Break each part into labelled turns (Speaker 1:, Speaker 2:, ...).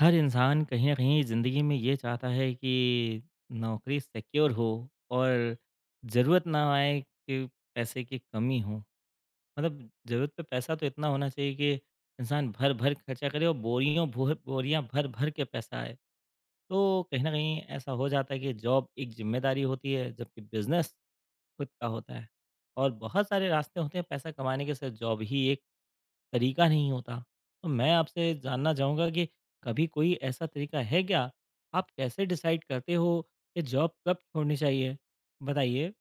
Speaker 1: हर इंसान कहीं न कहीं ज़िंदगी में ये चाहता है कि नौकरी सिक्योर हो और ज़रूरत ना आए कि पैसे की कमी हो। मतलब ज़रूरत पे पैसा तो इतना होना चाहिए कि इंसान भर-भर खर्चा करे और बोरियों भोर बोरियाँ भर-भर के पैसा आए। तो कहीं न कहीं ऐसा हो जाता है कि जॉब एक ज़िम्मेदारी होती है, जबकि बिज़नेस खुद का होता है। और बहुत सारे रास्ते होते हैं पैसा कमाने के, सिर्फ़ जॉब ही एक तरीका नहीं होता। तो मैं आपसे जानना चाहूँगा कि कभी कोई ऐसा तरीका है क्या? आप कैसे डिसाइड करते हो कि जॉब कब छोड़नी चाहिए? बताइए।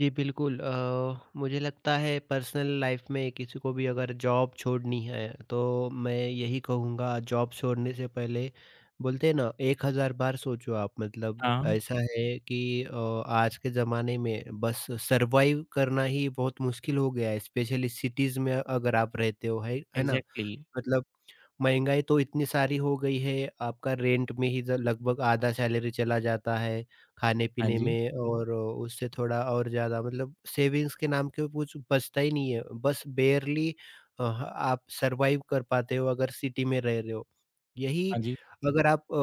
Speaker 2: जी, बिल्कुल मुझे लगता है पर्सनल लाइफ में किसी को भी अगर जॉब छोड़नी है तो मैं यही कहूँगा जॉब छोड़ने से पहले बोलते हैं ना 1000 बार सोचो आप मतलब
Speaker 1: हाँ।
Speaker 2: ऐसा है कि आज के ज़माने में बस सर्वाइव करना ही बहुत मुश्किल हो गया है स्पेशली सिटीज़ में अगर आप रहते हो है ना?
Speaker 1: एग्ज़ैक्टली।
Speaker 2: मतलब महँगाई तो इतनी सारी हो गई है, आपका रेंट में ही ज लगभग आधा सैलरी चला जाता है,
Speaker 1: हाँ
Speaker 2: खाने-पीने
Speaker 1: जी,
Speaker 2: में हुँ। और उससे थोड़ा और ज़्यादा मतलब सेविंग्स के नाम के कुछ बचता ही नहीं है। बस बेयरली आप सर्वाइव कर पाते हो अगर सिटी में रह रहे हो। यही
Speaker 1: हाँ जी,
Speaker 2: अगर आप अ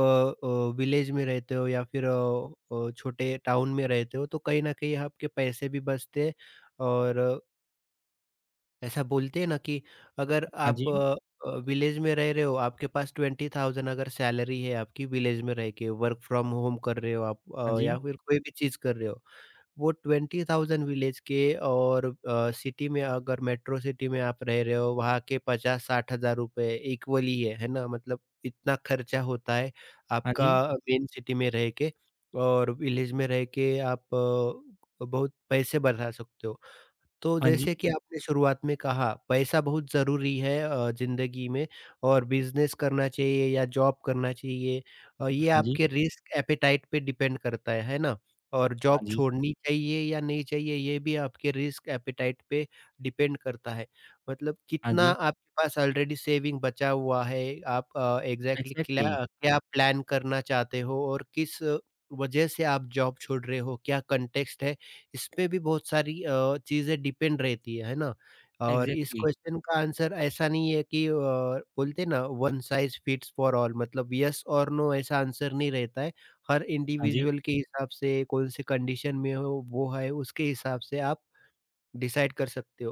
Speaker 2: अ, विलेज में रहते हो या फिर छोटे टाउन में रहते हो तो कहीं न कहीं आपके पैसे भी बचते हैं और ऐसा बोलते हैं ना कि अगर
Speaker 1: हाँ जी,
Speaker 2: आप विलेज में रह रहे हो आपके पास 20,000 अगर सैलरी है आपकी विलेज में रह के वर्क फ्रॉम होम कर रहे हो आप
Speaker 1: हाँ जी,
Speaker 2: या फिर कोई भी चीज़ कर रहे हो वो 20,000 विलेज के और सिटी में अगर मेट्रो सिटी में आप रह रहे हो वहाँ के पचास साठ हज़ार रुपये इक्वली है ना मतलब इतना खर्चा होता है
Speaker 1: हाँ
Speaker 2: आपका
Speaker 1: जी,
Speaker 2: मेन सिटी में रह के और विलेज में रह के आप बहुत पैसे बढ़ा सकते हो। तो
Speaker 1: हाँ जी,
Speaker 2: जैसे कि आपने शुरुआत में कहा पैसा बहुत ज़रूरी है ज़िंदगी में। और बिज़नेस करना चाहिए या जॉब करना चाहिए ये
Speaker 1: हाँ जी,
Speaker 2: आपके रिस्क एपेटाइट पे डिपेंड करता है ना? और
Speaker 1: हाँ
Speaker 2: जॉब
Speaker 1: जी,
Speaker 2: छोड़नी चाहिए या नहीं चाहिए ये भी आपके रिस्क एपेटाइट पे डिपेंड करता है। मतलब
Speaker 1: हाँ
Speaker 2: कितना
Speaker 1: जी।
Speaker 2: आपके पास ऑलरेडी सेविंग बचा हुआ है, आप एग्ज़ैक्टली क्ला
Speaker 1: एग्ज़ैक्टली,
Speaker 2: क्या प्लान करना चाहते हो और किस वजह से आप जॉब छोड़ रहे हो, क्या कॉन्टेक्स्ट है इसपे भी बहुत सारी चीज़ें डिपेंड रहती है ना? और इस
Speaker 1: एग्ज़ैक्टली।
Speaker 2: क्वेश्चन का आंसर ऐसा नहीं है कि बोलते हैं ना one size fits for all मतलब येस और नो ऐसा आंसर नहीं रहता है। हर
Speaker 1: हाँ जी,
Speaker 2: इंडिविजुअल के हिसाब से कौन-सी कंडीशन में हो वो है उसके हिसाब से आप डिसाइड कर सकते हो।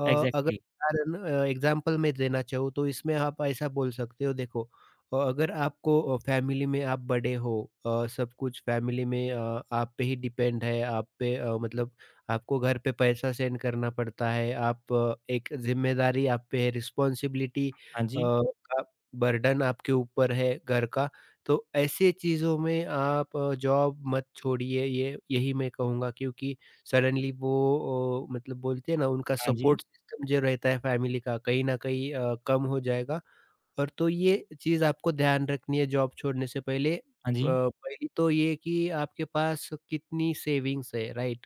Speaker 2: अ, अगर
Speaker 1: एग्ज़ैक्टली।
Speaker 2: उदाहरण एग्ज़ाम्पल मैं देना चाहूँ तो इसमें आप ऐसा बोल सकते हो देखो अगर आपको फ़ैमिली में आप बड़े हो सब कुछ फ़ैमिली में आप पे ही डिपेंड है, आप पे मतलब आपको घर पे पैसा सेंड करना पड़ता है, आप एक ज़िम्मेदारी आप पे है, रिस्पॉन्सिबिलिटी
Speaker 1: हाँ जी,
Speaker 2: का बर्डन आपके ऊपर है घर का, तो ऐसे चीज़ों में आप जॉब मत छोड़िए ये यही मैं कहूँगा क्योंकि सडनली वो मतलब बोलते हैं ना उनका
Speaker 1: हाँ जी,
Speaker 2: सपोर्ट सिस्टम जो रहता है फैमिली का कहीं न कहीं कम हो जाएगा। और तो ये चीज़ आपको ध्यान रखनी है जॉब छोड़ने से पहले
Speaker 1: हाँ जी,
Speaker 2: पहली तो ये कि आपके पास कितनी सेविंग्स है, राइट?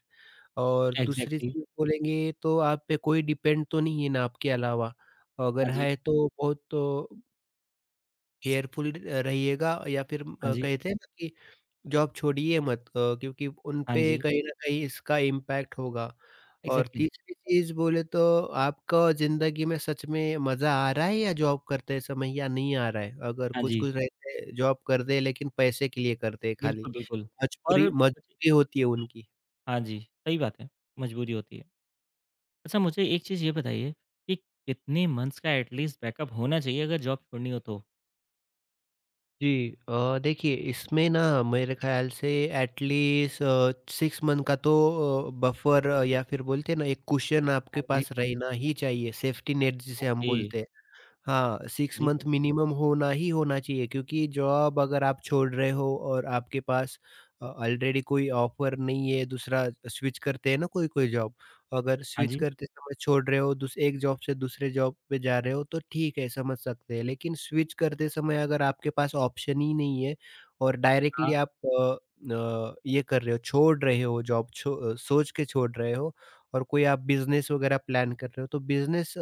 Speaker 2: और दूसरी
Speaker 1: एग्ज़ैक्टली।
Speaker 2: चीज़ बोलेंगे तो आप पे कोई डिपेंड तो नहीं है ना आपके अलावा? अगर
Speaker 1: हाँ जी,
Speaker 2: है तो बहुत तो केयरफुल रहिएगा या फिर
Speaker 1: हाँ जी,
Speaker 2: कहते हैं ना कि जॉब छोड़िए मत क्योंकि उन
Speaker 1: हाँ
Speaker 2: पे
Speaker 1: जी,
Speaker 2: कहीं न कहीं इसका इम्पैक्ट होगा। और
Speaker 1: एग्ज़ैक्टली।
Speaker 2: तीसरी चीज़ बोले तो आपका ज़िंदगी में सच में मज़ा आ रहा है या जॉब करते समय या नहीं आ रहा है? अगर
Speaker 1: हाँ जी,
Speaker 2: कुछ-कुछ रहते हैं जॉब करते हैं लेकिन पैसे के लिए करते हैं खाली,
Speaker 1: बिल्कुल, बिल्कुल। और
Speaker 2: मजबूरी
Speaker 1: मुझे
Speaker 2: मजबूरी होती है उनकी।
Speaker 1: हाँ जी, सही बात है, मजबूरी होती है। अच्छा मुझे एक चीज़ ये बताइए कि कितने मंथ्स का एट लीस्ट बैकअप होना चाहिए अगर जॉब छोड़नी हो तो?
Speaker 2: जी देखिए इसमें ना मेरे ख़्याल से एटलीस्ट 6 मंथ का तो बफर या फिर बोलते हैं ना एक कुशन
Speaker 1: हाँ
Speaker 2: आपके
Speaker 1: जी,
Speaker 2: पास रहना ही चाहिए, सेफ्टी नेट जिसे हम
Speaker 1: ओके।
Speaker 2: बोलते हैं। हाँ, 6
Speaker 1: जी,
Speaker 2: मंथ मिनिमम होना ही होना चाहिए क्योंकि जॉब अगर आप छोड़ रहे हो और आपके पास ऑलरेडी कोई ऑफ़र नहीं है दूसरा स्विच करते हैं ना कोई-कोई जॉब, अगर
Speaker 1: हाँ
Speaker 2: स्विच
Speaker 1: जी,
Speaker 2: करते समय छोड़ रहे हो दूस एक जॉब से दूसरे जॉब पे जा रहे हो तो ठीक है समझ सकते हैं। लेकिन स्विच करते समय अगर आपके पास ऑप्शन ही नहीं है और
Speaker 1: हाँ,
Speaker 2: डायरेक्टली आप न ये कर रहे हो, छोड़ रहे हो जॉब छो सोच के छोड़ रहे हो और कोई आप बिज़नेस वगैरह प्लान कर रहे हो, तो बिज़नेस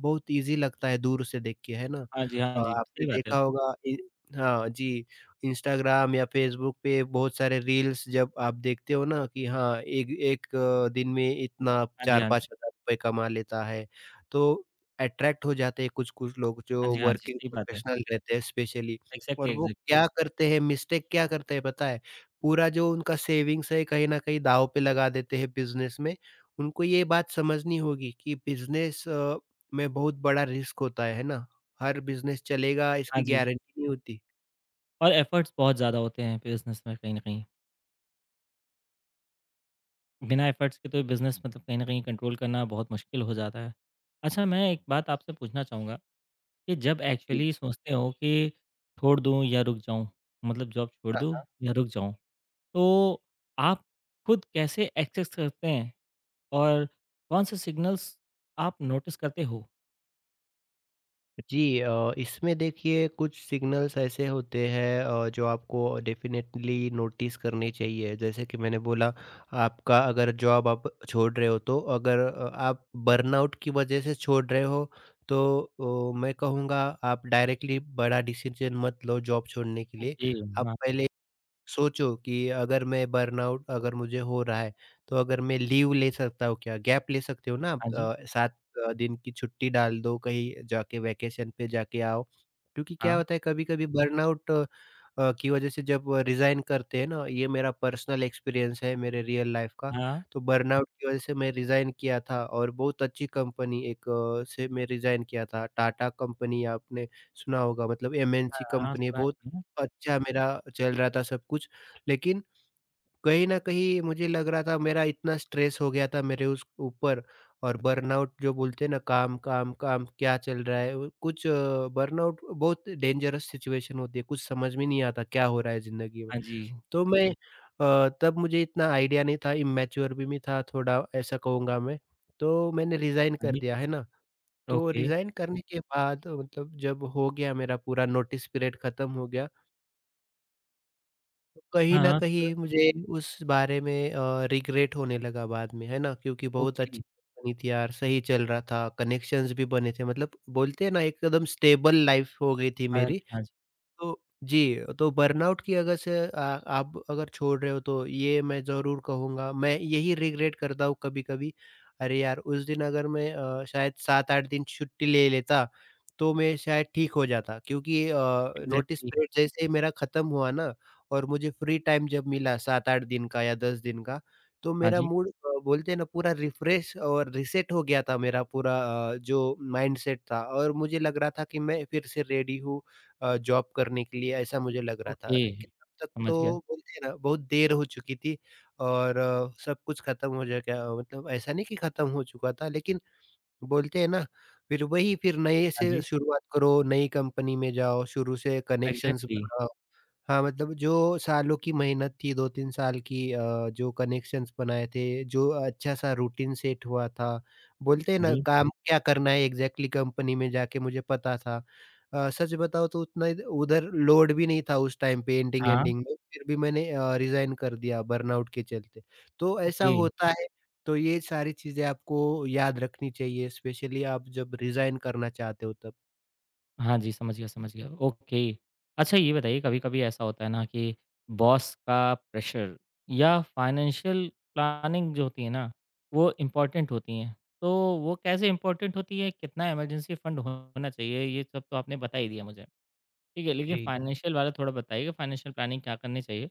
Speaker 2: बहुत ईज़ी लगता है दूर से देख के, है ना?
Speaker 1: हाँ जी, हाँ जी,
Speaker 2: आपने
Speaker 1: सही बात है।
Speaker 2: देखा होगा इ हाँ जी, इंस्टाग्राम या फ़ेसबुक पे बहुत सारे रील्स जब आप देखते हो ना कि हाँ, एक एक दिन में इतना
Speaker 1: हाँ जी, हाँ जी,
Speaker 2: 4-5 हज़ार रुपए कमा लेता है, तो अट्रैक्ट हो जाते हैं कुछ-कुछ लोग
Speaker 1: हाँ
Speaker 2: जो
Speaker 1: जी, हाँ जी,
Speaker 2: वर्किंग
Speaker 1: सही बात है।
Speaker 2: प्रोफ़ेशनल रहते हैं स्पेशली।
Speaker 1: एग्ज़ैक्टली,
Speaker 2: और वो
Speaker 1: एग्ज़ैक्टली।
Speaker 2: क्या करते हैं, मिस्टेक क्या करते हैं पता है? पूरा जो उनका सेविंग्स है कहीं न कहीं दाँव पे लगा देते हैं बिज़नेस में। उनको ये बात समझनी होगी कि बिज़नेस में बहुत बड़ा रिस्क होता है ना? हर बिज़नेस चलेगा
Speaker 1: हाँ
Speaker 2: इसकी
Speaker 1: जी,
Speaker 2: गारंटी नहीं होती।
Speaker 1: और एफर्ट्स बहुत ज़्यादा होते हैं बिज़नेस में कहीं न कहीं। बिना एफर्ट्स के तो बिज़नेस मतलब कहीं न कहीं कंट्रोल करना बहुत मुश्किल हो जाता है। अच्छा मैं एक बात आपसे पूछना चाहूँगा कि जब एक्चुअली सोचते हो कि छोड़ दूँ या रुक जाऊँ? मतलब जॉब छोड़
Speaker 2: हाँ,
Speaker 1: दूँ
Speaker 2: हाँ।
Speaker 1: या रुक जाऊँ? तो आप खुद कैसे एक्सेस करते हैं और कौन से सिग्नल्स आप नोटिस करते हो?
Speaker 2: जी इसमें देखिए कुछ सिग्नल्स ऐसे होते हैं जो आपको डेफ़िनेटली नोटिस करने चाहिए। जैसे कि मैंने बोला आपका अगर जॉब आप छोड़ रहे हो तो अगर आप बर्नआउट की वज़ह से छोड़ रहे हो तो मैं कहूँगा आप डायरेक्टली बड़ा डिसीज़न मत लो जॉब छोड़ने के लिए।
Speaker 1: ओके,
Speaker 2: आप
Speaker 1: हाँ,
Speaker 2: पहले सोचो कि अगर मैं बर्नआउट अगर मुझे हो रहा है, तो अगर मैं लीव ले सकता हूँ क्या? गैप ले सकते हो ना
Speaker 1: हाँ
Speaker 2: आप
Speaker 1: जी,
Speaker 2: 7 दिन की छुट्टी डाल दो, कहीं जाके वैकेशन पे जाके आओ। क्योंकि
Speaker 1: हाँ,
Speaker 2: क्या होता है कभी-कभी बर्नआउट की वजह से जब रिज़ाइन करते हैं ना, ये मेरा पर्सनल एक्सपीरियंस है मेरे रियल लाइफ़ का।
Speaker 1: हाँ,
Speaker 2: तो बर्नआउट की वजह से मैं रिज़ाइन किया था और बहुत अच्छी कंपनी एक से मैं रिज़ाइन किया था। टाटा कंपनी आपने सुना होगा मतलब
Speaker 1: हाँ,
Speaker 2: एमएनसी कंपनी है
Speaker 1: सुना है,
Speaker 2: बहुत
Speaker 1: सुना है।
Speaker 2: अच्छा। मेरा चल रहा था सब कुछ, लेकिन कहीं न कहीं मुझे लग रहा था मेरा इतना स्ट्रेस हो गया था मेरे उस ऊपर और बर्नआउट जो बोलते हैं ना काम, काम, काम क्या चल रहा है? वो कुछ बर्नआउट बहुत डेंजरस सिचुएशन होती है, कुछ समझ में नहीं आता क्या हो रहा है ज़िंदगी में।
Speaker 1: हाँ जी,
Speaker 2: तो मैं तब मुझे इतना आइडिया नहीं था, इमैच्योर भी मैं था थोड़ा ऐसा कहूँगा मैं, तो मैंने रिज़ाइन
Speaker 1: हाँ
Speaker 2: कर
Speaker 1: जी,
Speaker 2: दिया, है ना? तो
Speaker 1: ओके,
Speaker 2: रिज़ाइन करने के बाद मतलब जब हो गया मेरा पूरा नोटिस पीरियड खत्म हो गया तो कहीं
Speaker 1: हाँ,
Speaker 2: न
Speaker 1: हाँ, तो
Speaker 2: कहीं मुझे उस बारे में रिग्रेट होने लगा बाद में, है ना? क्योंकि बहुत
Speaker 1: ओके,
Speaker 2: अच्छी बनी थी यार, सही चल रहा था, कनेक्शंस भी बने थे मतलब बोलते हैं ना एकदम स्टेबल लाइफ़ हो गई थी
Speaker 1: हाँ
Speaker 2: मेरी।
Speaker 1: जी, हाँ जी,
Speaker 2: तो जी, तो बर्नआउट की अगर से आप अगर छोड़ रहे हो तो ये मैं ज़रूर कहूँगा, मैं यही रिग्रेट करता हूँ कभी-कभी, अरे यार! उस दिन अगर मैं शायद 7-8 दिन छुट्टी ले लेता, तो मैं शायद ठीक हो जाता क्योंकि नोटिस
Speaker 1: एग्ज़ैक्टली,
Speaker 2: पीरियड जैसे ही मेरा खत्म हुआ ना और मुझे फ्री टाइम जब मिला 7-8 दिन का या 10 दिन का, तो
Speaker 1: हाँ
Speaker 2: मेरा
Speaker 1: जी,
Speaker 2: मूड बोलते हैं ना पूरा रिफ्रेश और रीसेट हो गया था मेरा पूरा जो माइंडसेट था और मुझे लग रहा था कि मैं फिर से रेडी हूँ जॉब करने के लिए ऐसा मुझे लग रहा था।
Speaker 1: ओके,
Speaker 2: लेकिन तब तक
Speaker 1: समझ गया,
Speaker 2: तो बोलते हैं ना बहुत देर हो चुकी थी और सब कुछ खत्म हो जा गया मतलब ऐसा नहीं कि खत्म हो चुका था लेकिन बोलते हैं ना फिर वही फिर नए
Speaker 1: हाँ
Speaker 2: से
Speaker 1: जी,
Speaker 2: शुरुआत करो, नई कंपनी में जाओ, शुरू से कनेक्शंस
Speaker 1: एग्ज़ैक्टली,
Speaker 2: बनाओ। हाँ, मतलब जो सालों की मेहनत थी, 2-3 साल की जो कनेक्शंस बनाए थे, जो अच्छा-सा रूटीन सेट हुआ था। बोलते हैं
Speaker 1: हाँ
Speaker 2: ना,
Speaker 1: जी,
Speaker 2: काम क्या करना है एग्ज़ैक्टली कंपनी में जाके मुझे पता था। सच बताऊँ तो उतना इध उधर लोड भी नहीं था उस टाइम पे
Speaker 1: हाँ,
Speaker 2: एंडिंग-एंडिंग में, फिर भी मैंने रिज़ाइन कर दिया बर्नआउट के चलते। तो ऐसा
Speaker 1: ओके।
Speaker 2: होता है, तो ये सारी चीज़ें आपको याद रखनी चाहिए, स्पेशली आप जब रिज़ाइन करना चाहते हो तब।
Speaker 1: हाँ जी, समझ गया, समझ गया। ओके। अच्छा ये बताइए कभी-कभी ऐसा होता है ना कि बॉस का प्रेशर या फाइनेंशियल प्लानिंग जो होती है ना, वो इम्पोर्टेंट होती हैं। तो वो कैसे इम्पोर्टेंट होती है, कितना इमरजेंसी फंड होना चाहिए, ये सब तो आपने बता ही दिया मुझे। ठीक है, लेकिन
Speaker 2: जी।
Speaker 1: फाइनेंशियल वाला थोड़ा बताइए कि फाइनेंशियल प्लानिंग क्या करनी चाहिए?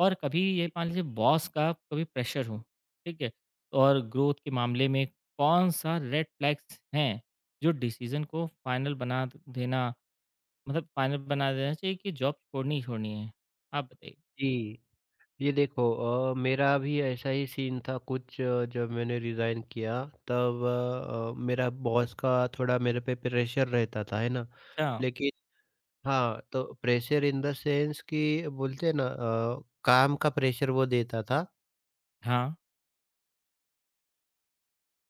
Speaker 1: और कभी ये मान लीजिए बॉस का कभी प्रेशर हो, ठीक है? और ग्रोथ के मामले में कौन-सा रेड फ्लैग्स हैं, जो डिसीज़न को फाइनल बना द देना मतलब फाइनल बना देना चाहिए कि जॉब छोड़नी ही छोड़नी है? आप बताइए।
Speaker 2: जी। ये देखो मेरा भी ऐसा ही सीन था कुछ जब मैंने रिज़ाइन किया तब मेरा बॉस का थोड़ा मेरे पे प्रेशर रहता था, है ना?
Speaker 1: अच्छा,
Speaker 2: लेकिन हाँ, तो प्रेशर इन द सेंस कि बोलते हैं ना काम का प्रेशर वो देता था।
Speaker 1: हाँ,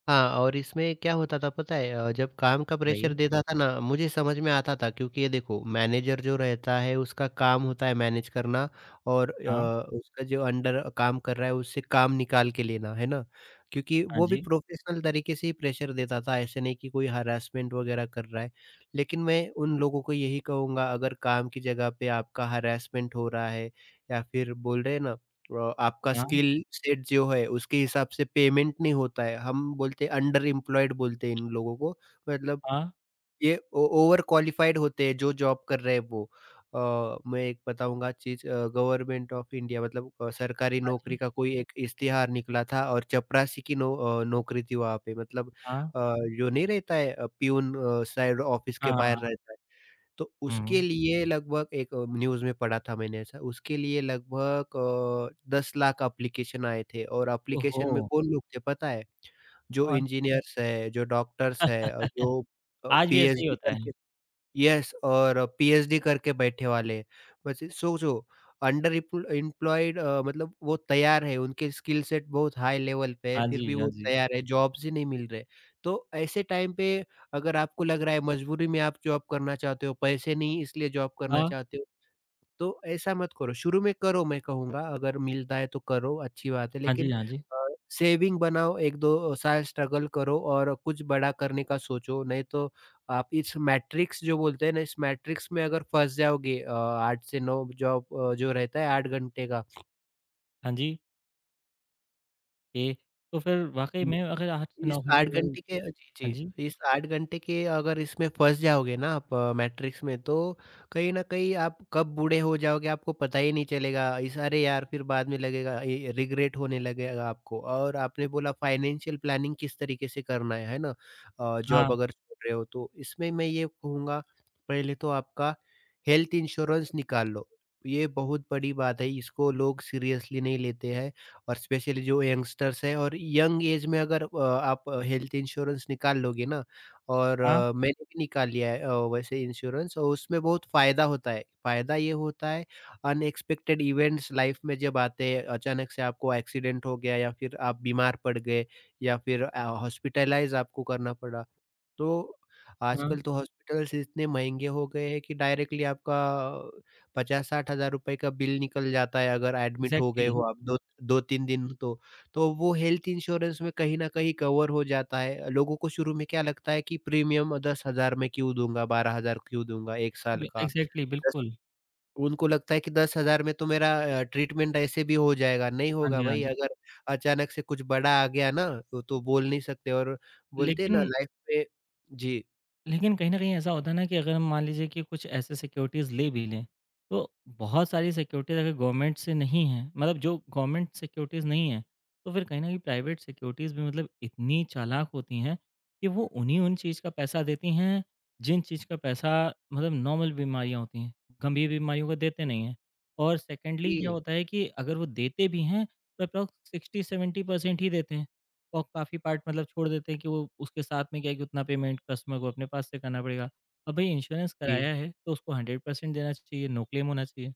Speaker 2: हाँ, और इसमें क्या होता था पता है? जब काम का प्रेशर
Speaker 1: बताइए।
Speaker 2: देता था ना, मुझे समझ में आता था क्योंकि ये देखो मैनेजर जो रहता है उसका काम होता है मैनेज करना और
Speaker 1: हाँ,
Speaker 2: उसका जो अंडर काम कर रहा है उससे काम निकाल के लेना, है ना? क्योंकि
Speaker 1: हाँ
Speaker 2: वो भी
Speaker 1: जी,
Speaker 2: प्रोफ़ेशनल तरीके से ही प्रेशर देता था, ऐसे नहीं कि कोई हरासमेंट वगैरह कर रहा है। लेकिन मैं उन लोगों को यही कहूँगा, अगर काम की जगह पे आपका हरासमेंट हो रहा है या फिर बोल रहे हैं ना, आपका
Speaker 1: हाँ,
Speaker 2: स्किल सेट जो है उसके हिसाब से पेमेंट नहीं होता है। हम बोलते हैं अंडर एम्प्लॉयड बोलते हैं इन लोगों को। मतलब
Speaker 1: हाँ,
Speaker 2: ये ओ ओवर क्वालिफाइड होते हैं जो जॉब कर रहे हैं वो। मैं एक बताऊँगा चीज़, गवर्नमेंट ऑफ इंडिया, मतलब सरकारी
Speaker 1: हाँ
Speaker 2: नौकरी
Speaker 1: जी,
Speaker 2: का कोई एक इश्तिहार निकला था और चपरासी की नौकरी थी वहाँ पे, मतलब
Speaker 1: हाँ,
Speaker 2: अ, जो नहीं रहता है, पियून, साइड ऑफिस के
Speaker 1: हाँ,
Speaker 2: बाहर
Speaker 1: हाँ।
Speaker 2: रहता है। तो उसके
Speaker 1: हुँ,
Speaker 2: लिए लगभग न्यूज़ में पढ़ा था मैंने ऐसा, उसके लिए लगभग 10 लाख एप्लीकेशन आए थे, और
Speaker 1: ओहो!
Speaker 2: एप्लीकेशन में कौन लोग थे पता है? जो
Speaker 1: कौन?
Speaker 2: इंजीनियर्स हैं, जो डॉक्टर्स हैं, जो
Speaker 1: आज भी ऐसा ही
Speaker 2: पीएचडी
Speaker 1: होता है।
Speaker 2: करके, यस, और पीएचडी करके बैठे वाले हैं। वैसे सोचो, अंडर एम्प्लॉयड मतलब वो तैयार है, उनके स्किल सेट बहुत हाई लेवल पे है,
Speaker 1: हाँ
Speaker 2: फिर
Speaker 1: जी,
Speaker 2: भी
Speaker 1: हाँ
Speaker 2: वो
Speaker 1: जी,
Speaker 2: तैयार है, जॉब्स ही नहीं मिल रहे। तो ऐसे टाइम पे, अगर आपको लग रहा है मजबूरी में आप जॉब करना चाहते हो, पैसे नहीं इसलिए जॉब करना
Speaker 1: हाँ,
Speaker 2: चाहते हो, तो ऐसा मत करो। शुरू में करो, मैं कहूँगा, अगर मिलता है तो करो, अच्छी बात है,
Speaker 1: हाँ जी,
Speaker 2: लेकिन
Speaker 1: हाँ जी,
Speaker 2: अ, सेविंग बनाओ, 1-2 साल स्ट्रगल करो और कुछ बड़ा करने का सोचो। नहीं तो आप इस मैट्रिक्स, जो बोलते हैं ना, इस मैट्रिक्स में अगर फँस जाओगे, 8 से 9 जॉब, जो रहता है 8 घंटे का।
Speaker 1: हाँ जी। ये तो फिर वाक़ई में अगर 8 से
Speaker 2: इस
Speaker 1: 9 घंटे
Speaker 2: 8
Speaker 1: अगर
Speaker 2: घंटे के, जी,
Speaker 1: हाँ जी,
Speaker 2: जी। इस 8 घंटे के अगर इसमें फँस जाओगे ना आप मैट्रिक्स में, तो कहीं न कहीं आप कब बूढ़े हो जाओगे आपको पता ही नहीं चलेगा। इस अरे यार, फिर बाद में लगेगा, ये रिग्रेट होने लगेगा आपको। और आपने बोला, फाइनेंशियल प्लानिंग किस तरीके से करना है ना?
Speaker 1: हाँ,
Speaker 2: जॉब अगर छोड़ रहे हो, तो इसमें मैं ये कहूँगा, पहले तो आपका हेल्थ इंश्योरेंस निकाल लो। ये बहुत बड़ी बात है, इसको लोग सीरियसली नहीं लेते हैं। और स्पेशली जो यंगस्टर्स हैं, और यंग एज में अगर आप हेल्थ इंश्योरेंस निकाल लोगे ना, और
Speaker 1: हाँ,
Speaker 2: मैंने भी निकाल लिया है वैसे इंश्योरेंस, और उसमें बहुत फ़ायदा होता है। फ़ायदा ये होता है, अनएक्सपेक्टेड इवेंट्स लाइफ़ में जब आते हैं, अचानक से आपको एक्सीडेंट हो गया या फिर आप बीमार पड़ गए, या फिर हॉस्पिटलाइज़ आपको करना पड़ा। तो
Speaker 1: हाँ,
Speaker 2: आजकल तो हॉस्पिटल्स इतने महँगे हो गए हैं कि डायरेक्टली आपका ₹50,000-60,000 का बिल निकल जाता है, अगर एडमिट हो गए
Speaker 1: एग्ज़ैक्टली,
Speaker 2: हो आप हुँ। दो 2-3 दिन तो। तो वो हेल्थ इंश्योरेंस में कहीं न कहीं कवर हो जाता है। लोगों को शुरू में क्या लगता है कि प्रीमियम 10,000 में क्यों दूँगा, 12,000 क्यों दूँगा 1 साल
Speaker 1: बि
Speaker 2: का।
Speaker 1: एग्ज़ैक्टली,
Speaker 2: दस
Speaker 1: बिल्कुल।
Speaker 2: उनको लगता है कि 10,000 में तो मेरा ट्रीटमेंट ऐसे भी हो जाएगा। नहीं
Speaker 1: हाँ
Speaker 2: होगा
Speaker 1: जी, हाँ
Speaker 2: भाई,
Speaker 1: जी।
Speaker 2: अगर अचानक से कुछ बड़ा आ गया ना, तो बोल नहीं सकते। और बोलते हैं ना
Speaker 1: लेकिन
Speaker 2: लाइफ में। जी।
Speaker 1: लेकिन कहीं न कहीं ऐसा होता है ना कि अगर हम मान लीजिए कि कुछ ऐसे सिक्योरिटीज़ ले भी लें, तो बहुत सारी सिक्योरिटीज़ अगर गवर्नमेंट से नहीं हैं, मतलब जो गवर्नमेंट सिक्योरिटीज़ नहीं हैं, तो फिर कहीं न कहीं प्राइवेट सिक्योरिटीज़ भी मतलब इतनी चालाक होती हैं कि वो उन्हीं-उन चीज़ का पैसा देती हैं, जिन चीज़ का पैसा मतलब नॉर्मल बीमारियाँ होती हैं, गंभीर बीमारियों को देते
Speaker 2: जी।
Speaker 1: नहीं हैं। और सेकंडली क्या
Speaker 2: जी,
Speaker 1: होता है कि अगर वो देते भी हैं, तो अप्रॉक्स 60-70% ही देते हैं। और काफ़ी पार्ट मतलब छोड़ देते हैं कि वो उसके साथ में क्या है कि उतना पेमेंट कस्टमर को अपने पास से करना पड़ेगा। अब भई इंश्योरेंस
Speaker 2: जी।
Speaker 1: कराया है तो उसको 100% देना चाहिए, नो क्लेम होना चाहिए।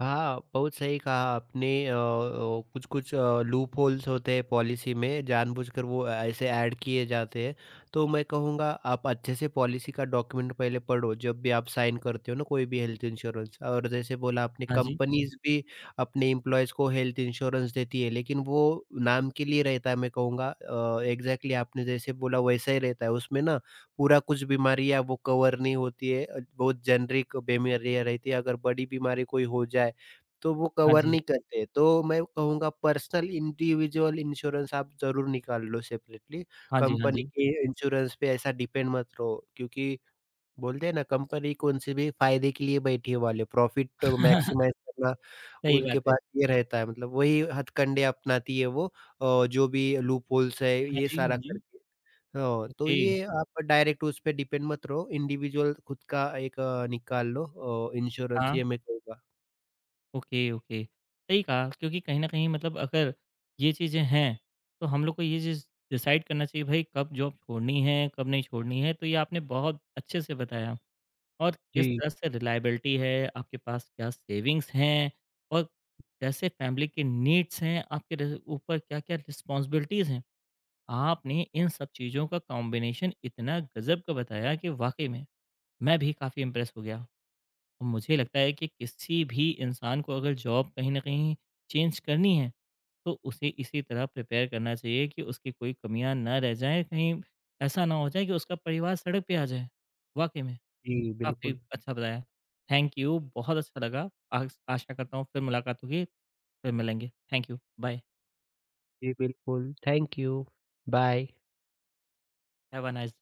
Speaker 2: हाँ, बहुत सही कहा आपने। कुछ कुछ लूप होल्स होते हैं पॉलिसी में, जानबूझकर वो ऐसे ऐड किए जाते हैं। तो मैं कहूँगा, आप अच्छे से पॉलिसी का डॉक्यूमेंट पहले पढ़ो, जब भी आप साइन करते हो ना कोई भी हेल्थ इंश्योरेंस। और जैसे बोला आपने,
Speaker 1: हाँ जी,
Speaker 2: कंपनीज़ भी अपने एम्प्लॉइज़ को हेल्थ इंश्योरेंस देती है, लेकिन वो नाम के लिए रहता है, मैं कहूँगा एग्ज़ैक्टली आपने जैसे बोला वैसा ही रहता है। उसमें ना पूरा कुछ बीमारी है वो कवर नहीं होती है, बहुत जेनरिक बीमारियाँ रहती है, अगर बड़ी बीमारी कोई हो जाए, तो वो
Speaker 1: हाँ
Speaker 2: कवर
Speaker 1: जी,
Speaker 2: नहीं करते। तो मैं कहूँगा, पर्सनल इंडिविजुअल इंश्योरेंस आप ज़रूर निकाल लो सेपरेटली,
Speaker 1: हाँ जी, हाँ
Speaker 2: कंपनी
Speaker 1: जी।
Speaker 2: के इंश्योरेंस पे ऐसा डिपेंड मत रहो, क्योंकि बोलते हैं ना, कंपनी कौन-से भी फ़ायदे के लिए बैठी है वाले, प्रॉफ़िट मैक्सिमाइज़ करना
Speaker 1: सही बात
Speaker 2: उनके
Speaker 1: है।
Speaker 2: पास ये रहता है, मतलब वही हथकंडे अपनाती है वो, जो भी लूपहोल्स है
Speaker 1: हाँ
Speaker 2: ये
Speaker 1: जी, हाँ
Speaker 2: सारा
Speaker 1: जी।
Speaker 2: करके। हाँ, तो
Speaker 1: ओके,
Speaker 2: ये आप डायरेक्ट उस पे डिपेंड मत रहो, इंडिविजुअल खुद का एक निकाल लो, इंश्योरेंस,
Speaker 1: हाँ।
Speaker 2: ये मैं कहूँगा।
Speaker 1: Okay, okay. सही कहा क्योंकि कहीं न कहीं मतलब अगर ये चीज़ें हैं, तो हम लोग को ये चीज़ डिसाइड करना चाहिए भाई कब जॉब छोड़नी है, कब नहीं छोड़नी है, तो ये आपने बहुत अच्छे से बताया। और किस
Speaker 2: जी,
Speaker 1: तरह से रिलायबिलिटी है, आपके पास क्या सेविंग्स हैं और कैसे फैमिली के नीड्स हैं, आपके र ऊपर क्या-क्या रिस्पॉन्सिबिलिटीज़ हैं। आपने इन सब चीज़ों का कॉम्बिनेशन इतना गज़ब का बताया कि वाक़ई में मैं भी काफ़ी इम्प्रेस हो गया। और मुझे लगता है कि किसी भी इंसान को अगर जॉब कहीं न कहीं चेंज करनी है, तो उसे इसी तरह प्रिपेयर करना चाहिए कि उसकी कोई कमियाँ ना रह जाएँ, कहीं ऐसा ना हो जाए कि उसका परिवार सड़क पे आ जाए। वाक़ई में।
Speaker 2: जी,
Speaker 1: काफ़ी
Speaker 2: बिल्कुल।
Speaker 1: अच्छा बताया। थैंक यू, बहुत अच्छा लगा। आस आशा करता हूँ फिर मुलाकात होगी, फिर मिलेंगे। थैंक यू, बाय,
Speaker 2: जी, बिल्कुल। Thank you. Bye.
Speaker 1: Have a nice